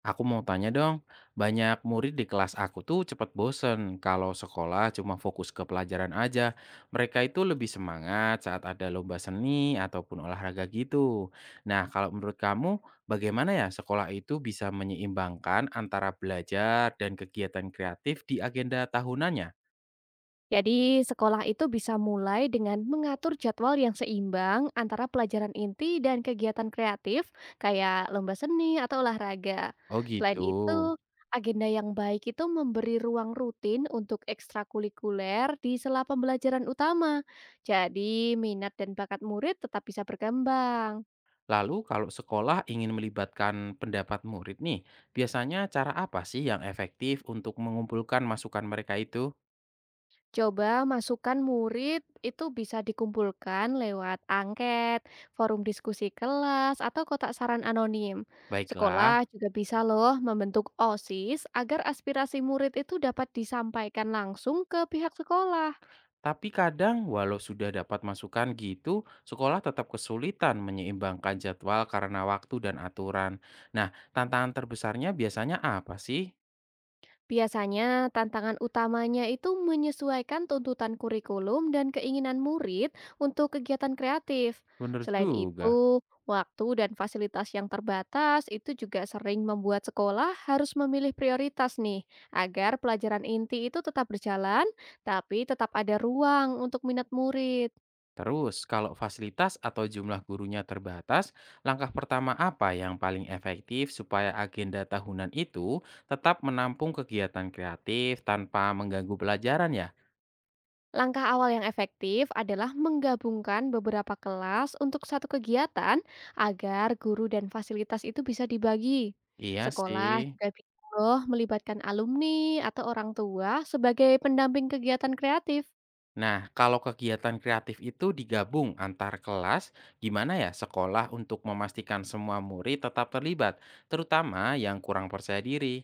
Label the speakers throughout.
Speaker 1: Aku mau tanya dong, banyak murid di kelas aku tuh cepat bosen kalau sekolah cuma fokus ke pelajaran aja. Mereka itu lebih semangat saat ada lomba seni ataupun olahraga gitu. Nah, kalau menurut kamu, bagaimana ya sekolah itu bisa menyeimbangkan antara belajar dan kegiatan kreatif di agenda tahunannya?
Speaker 2: Jadi, sekolah itu bisa mulai dengan mengatur jadwal yang seimbang antara pelajaran inti dan kegiatan kreatif, kayak lomba seni atau olahraga.
Speaker 1: Oh
Speaker 2: Selain
Speaker 1: gitu.
Speaker 2: itu, agenda yang baik itu memberi ruang rutin untuk ekstrakurikuler di sela pembelajaran utama. Jadi, minat dan bakat murid tetap bisa berkembang.
Speaker 1: Lalu kalau sekolah ingin melibatkan pendapat murid nih, biasanya cara apa sih yang efektif untuk mengumpulkan masukan mereka itu?
Speaker 2: Coba masukan murid itu bisa dikumpulkan lewat angket, forum diskusi kelas, atau kotak saran anonim.
Speaker 1: Baiklah.
Speaker 2: Sekolah juga bisa loh membentuk OSIS agar aspirasi murid itu dapat disampaikan langsung ke pihak sekolah.
Speaker 1: Tapi kadang walau sudah dapat masukan gitu, sekolah tetap kesulitan menyeimbangkan jadwal karena waktu dan aturan. Nah, tantangan terbesarnya biasanya apa sih?
Speaker 2: Biasanya, tantangan utamanya itu menyesuaikan tuntutan kurikulum dan keinginan murid untuk kegiatan kreatif.
Speaker 1: Bener
Speaker 2: Selain
Speaker 1: juga.
Speaker 2: itu, waktu dan fasilitas yang terbatas itu juga sering membuat sekolah harus memilih prioritas nih, agar pelajaran inti itu tetap berjalan, tapi tetap ada ruang untuk minat murid.
Speaker 1: Terus, kalau fasilitas atau jumlah gurunya terbatas, langkah pertama apa yang paling efektif supaya agenda tahunan itu tetap menampung kegiatan kreatif tanpa mengganggu pelajaran ya?
Speaker 2: Langkah awal yang efektif adalah menggabungkan beberapa kelas untuk satu kegiatan agar guru dan fasilitas itu bisa dibagi.
Speaker 1: Iya sih.
Speaker 2: Sekolah juga bisa loh melibatkan alumni atau orang tua sebagai pendamping kegiatan kreatif.
Speaker 1: Nah, kalau kegiatan kreatif itu digabung antar kelas, gimana ya sekolah untuk memastikan semua murid tetap terlibat, terutama yang kurang percaya diri?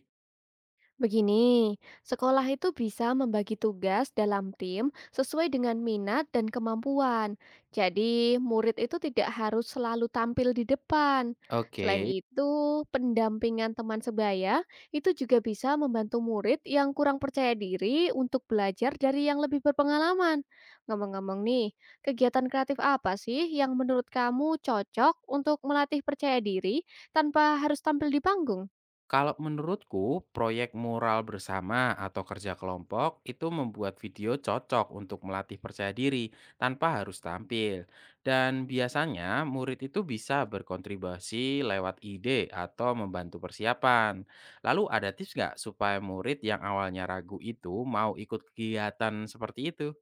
Speaker 2: Begini, sekolah itu bisa membagi tugas dalam tim sesuai dengan minat dan kemampuan. Jadi, murid itu tidak harus selalu tampil di depan. Selain
Speaker 1: Oke.
Speaker 2: itu, pendampingan teman sebaya itu juga bisa membantu murid yang kurang percaya diri untuk belajar dari yang lebih berpengalaman. Ngomong-ngomong nih, kegiatan kreatif apa sih yang menurut kamu cocok untuk melatih percaya diri tanpa harus tampil di panggung?
Speaker 1: Kalau menurutku, proyek mural bersama atau kerja kelompok itu membuat video cocok untuk melatih percaya diri tanpa harus tampil. Dan biasanya murid itu bisa berkontribusi lewat ide atau membantu persiapan. Lalu ada tips nggak supaya murid yang awalnya ragu itu mau ikut kegiatan seperti itu?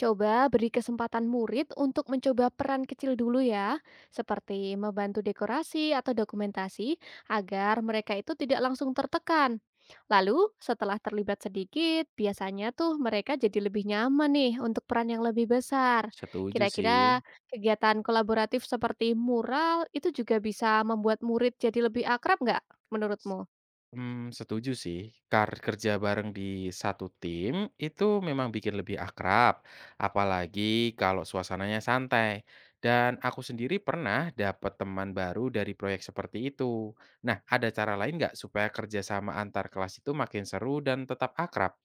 Speaker 2: Coba beri kesempatan murid untuk mencoba peran kecil dulu ya, seperti membantu dekorasi atau dokumentasi agar mereka itu tidak langsung tertekan. Lalu setelah terlibat sedikit, biasanya tuh mereka jadi lebih nyaman nih untuk peran yang lebih besar.
Speaker 1: Setuju sih.
Speaker 2: Kira-kira kegiatan kolaboratif seperti mural itu juga bisa membuat murid jadi lebih akrab nggak menurutmu?
Speaker 1: Setuju sih. Kerja bareng di satu tim itu memang bikin lebih akrab, apalagi kalau suasananya santai. Dan aku sendiri pernah dapat teman baru dari proyek seperti itu. Nah, ada cara lain nggak supaya kerjasama antar kelas itu makin seru dan tetap akrab?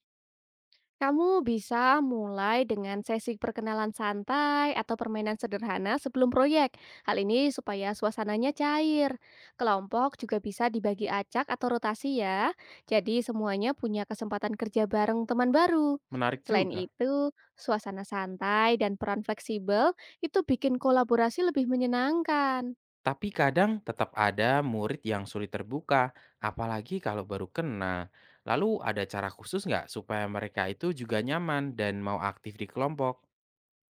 Speaker 2: Kamu bisa mulai dengan sesi perkenalan santai atau permainan sederhana sebelum proyek. Hal ini supaya suasananya cair. Kelompok juga bisa dibagi acak atau rotasi ya. Jadi semuanya punya kesempatan kerja bareng teman baru.
Speaker 1: Menarik
Speaker 2: Selain
Speaker 1: juga.
Speaker 2: itu, suasana santai dan peran fleksibel itu bikin kolaborasi lebih menyenangkan.
Speaker 1: Tapi kadang tetap ada murid yang sulit terbuka, apalagi kalau baru kenal. Lalu ada cara khusus nggak supaya mereka itu juga nyaman dan mau aktif di kelompok?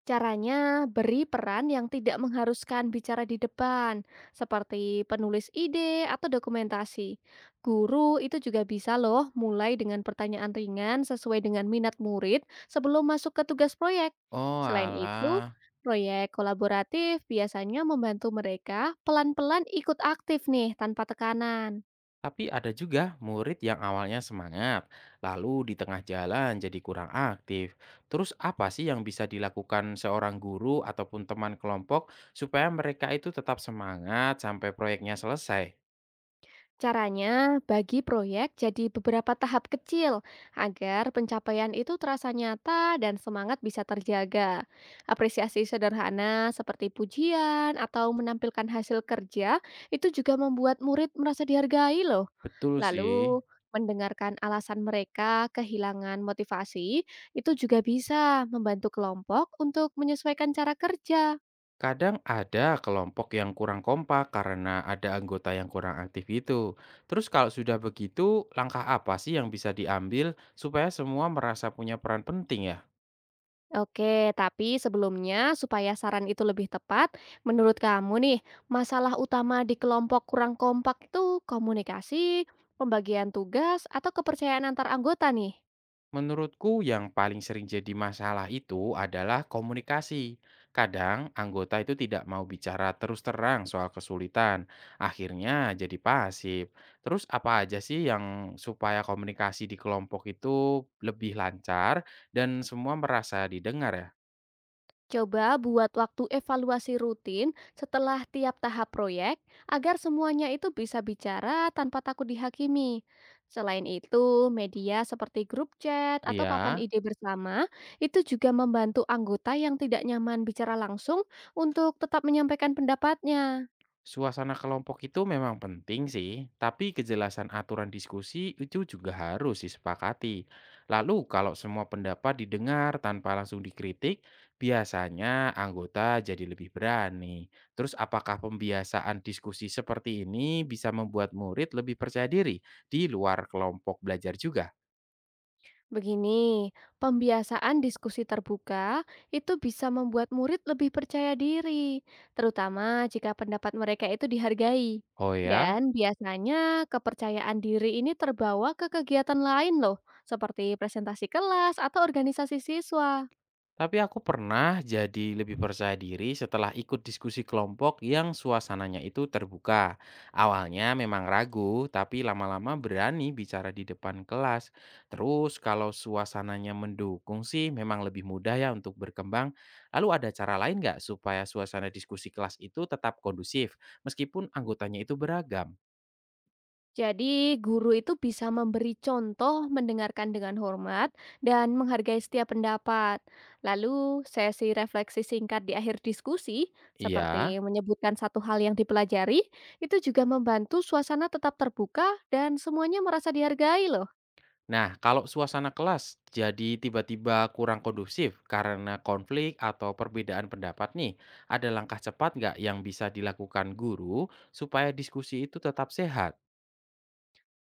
Speaker 2: Caranya beri peran yang tidak mengharuskan bicara di depan, seperti penulis ide atau dokumentasi. Guru itu juga bisa loh mulai dengan pertanyaan ringan sesuai dengan minat murid sebelum masuk ke tugas proyek.
Speaker 1: Oh
Speaker 2: Selain itu,
Speaker 1: oalah,
Speaker 2: proyek kolaboratif biasanya membantu mereka pelan-pelan ikut aktif nih tanpa tekanan.
Speaker 1: tapi ada juga murid yang awalnya semangat, lalu di tengah jalan jadi kurang aktif. Terus apa sih yang bisa dilakukan seorang guru ataupun teman kelompok supaya mereka itu tetap semangat sampai proyeknya selesai?
Speaker 2: Caranya, bagi proyek jadi beberapa tahap kecil agar pencapaian itu terasa nyata dan semangat bisa terjaga. Apresiasi sederhana seperti pujian atau menampilkan hasil kerja itu juga membuat murid merasa dihargai loh.
Speaker 1: Betul sih.
Speaker 2: Lalu, mendengarkan alasan mereka kehilangan motivasi itu juga bisa membantu kelompok untuk menyesuaikan cara kerja.
Speaker 1: Kadang ada kelompok yang kurang kompak karena ada anggota yang kurang aktif itu. Terus kalau sudah begitu, langkah apa sih yang bisa diambil supaya semua merasa punya peran penting ya?
Speaker 2: Oke, tapi sebelumnya supaya saran itu lebih tepat, menurut kamu nih, masalah utama di kelompok kurang kompak itu komunikasi, pembagian tugas, atau kepercayaan antar anggota nih?
Speaker 1: Menurutku yang paling sering jadi masalah itu adalah komunikasi. Kadang anggota itu tidak mau bicara terus terang soal kesulitan, akhirnya jadi pasif. Terus apa aja sih yang supaya komunikasi di kelompok itu lebih lancar dan semua merasa didengar ya?
Speaker 2: Coba buat waktu evaluasi rutin setelah tiap tahap proyek agar semuanya itu bisa bicara tanpa takut dihakimi. Selain itu, media seperti grup chat atau papan
Speaker 1: Iya.
Speaker 2: ide bersama itu juga membantu anggota yang tidak nyaman bicara langsung untuk tetap menyampaikan pendapatnya.
Speaker 1: Suasana kelompok itu memang penting sih, tapi kejelasan aturan diskusi itu juga harus disepakati. Lalu kalau semua pendapat didengar tanpa langsung dikritik, biasanya anggota jadi lebih berani. Terus apakah pembiasaan diskusi seperti ini bisa membuat murid lebih percaya diri di luar kelompok belajar juga?
Speaker 2: Begini, pembiasaan diskusi terbuka itu bisa membuat murid lebih percaya diri, terutama jika pendapat mereka itu dihargai.
Speaker 1: Oh ya.
Speaker 2: Dan biasanya kepercayaan diri ini terbawa ke kegiatan lain loh, seperti presentasi kelas atau organisasi siswa.
Speaker 1: Tapi aku pernah jadi lebih percaya diri setelah ikut diskusi kelompok yang suasananya itu terbuka. Awalnya memang ragu, tapi lama-lama berani bicara di depan kelas. Terus kalau suasananya mendukung sih memang lebih mudah ya untuk berkembang. Lalu ada cara lain nggak supaya suasana diskusi kelas itu tetap kondusif meskipun anggotanya itu beragam?
Speaker 2: Jadi, guru itu bisa memberi contoh, mendengarkan dengan hormat, dan menghargai setiap pendapat. Lalu, sesi refleksi singkat di akhir diskusi, seperti
Speaker 1: Iya.
Speaker 2: menyebutkan satu hal yang dipelajari, itu juga membantu suasana tetap terbuka dan semuanya merasa dihargai, loh.
Speaker 1: Nah, kalau suasana kelas jadi tiba-tiba kurang kondusif karena konflik atau perbedaan pendapat nih, ada langkah cepat nggak yang bisa dilakukan guru supaya diskusi itu tetap sehat?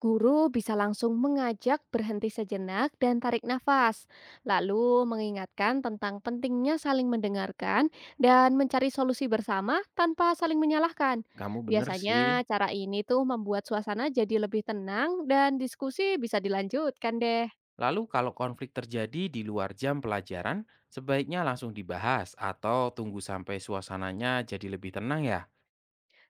Speaker 2: Guru bisa langsung mengajak berhenti sejenak dan tarik nafas, lalu mengingatkan tentang pentingnya saling mendengarkan dan mencari solusi bersama tanpa saling menyalahkan.
Speaker 1: Kamu bener sih.
Speaker 2: Biasanya cara ini tuh membuat suasana jadi lebih tenang dan diskusi bisa dilanjutkan deh.
Speaker 1: Lalu kalau konflik terjadi di luar jam pelajaran, sebaiknya langsung dibahas atau tunggu sampai suasananya jadi lebih tenang ya?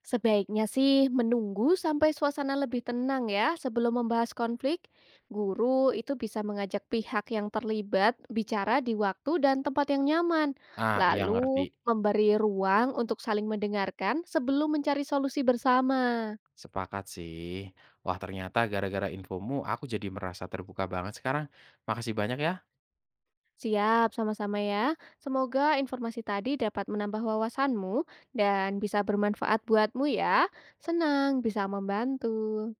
Speaker 2: Sebaiknya sih menunggu sampai suasana lebih tenang ya sebelum membahas konflik. Guru itu bisa mengajak pihak yang terlibat bicara di waktu dan tempat yang nyaman.
Speaker 1: Ah, iya ngerti.
Speaker 2: Lalu memberi ruang untuk saling mendengarkan sebelum mencari solusi bersama.
Speaker 1: Sepakat sih. Wah, ternyata gara-gara infomu aku jadi merasa terbuka banget sekarang. Makasih banyak ya.
Speaker 2: Siap, sama-sama ya. Semoga informasi tadi dapat menambah wawasanmu dan bisa bermanfaat buatmu ya. Senang bisa membantu.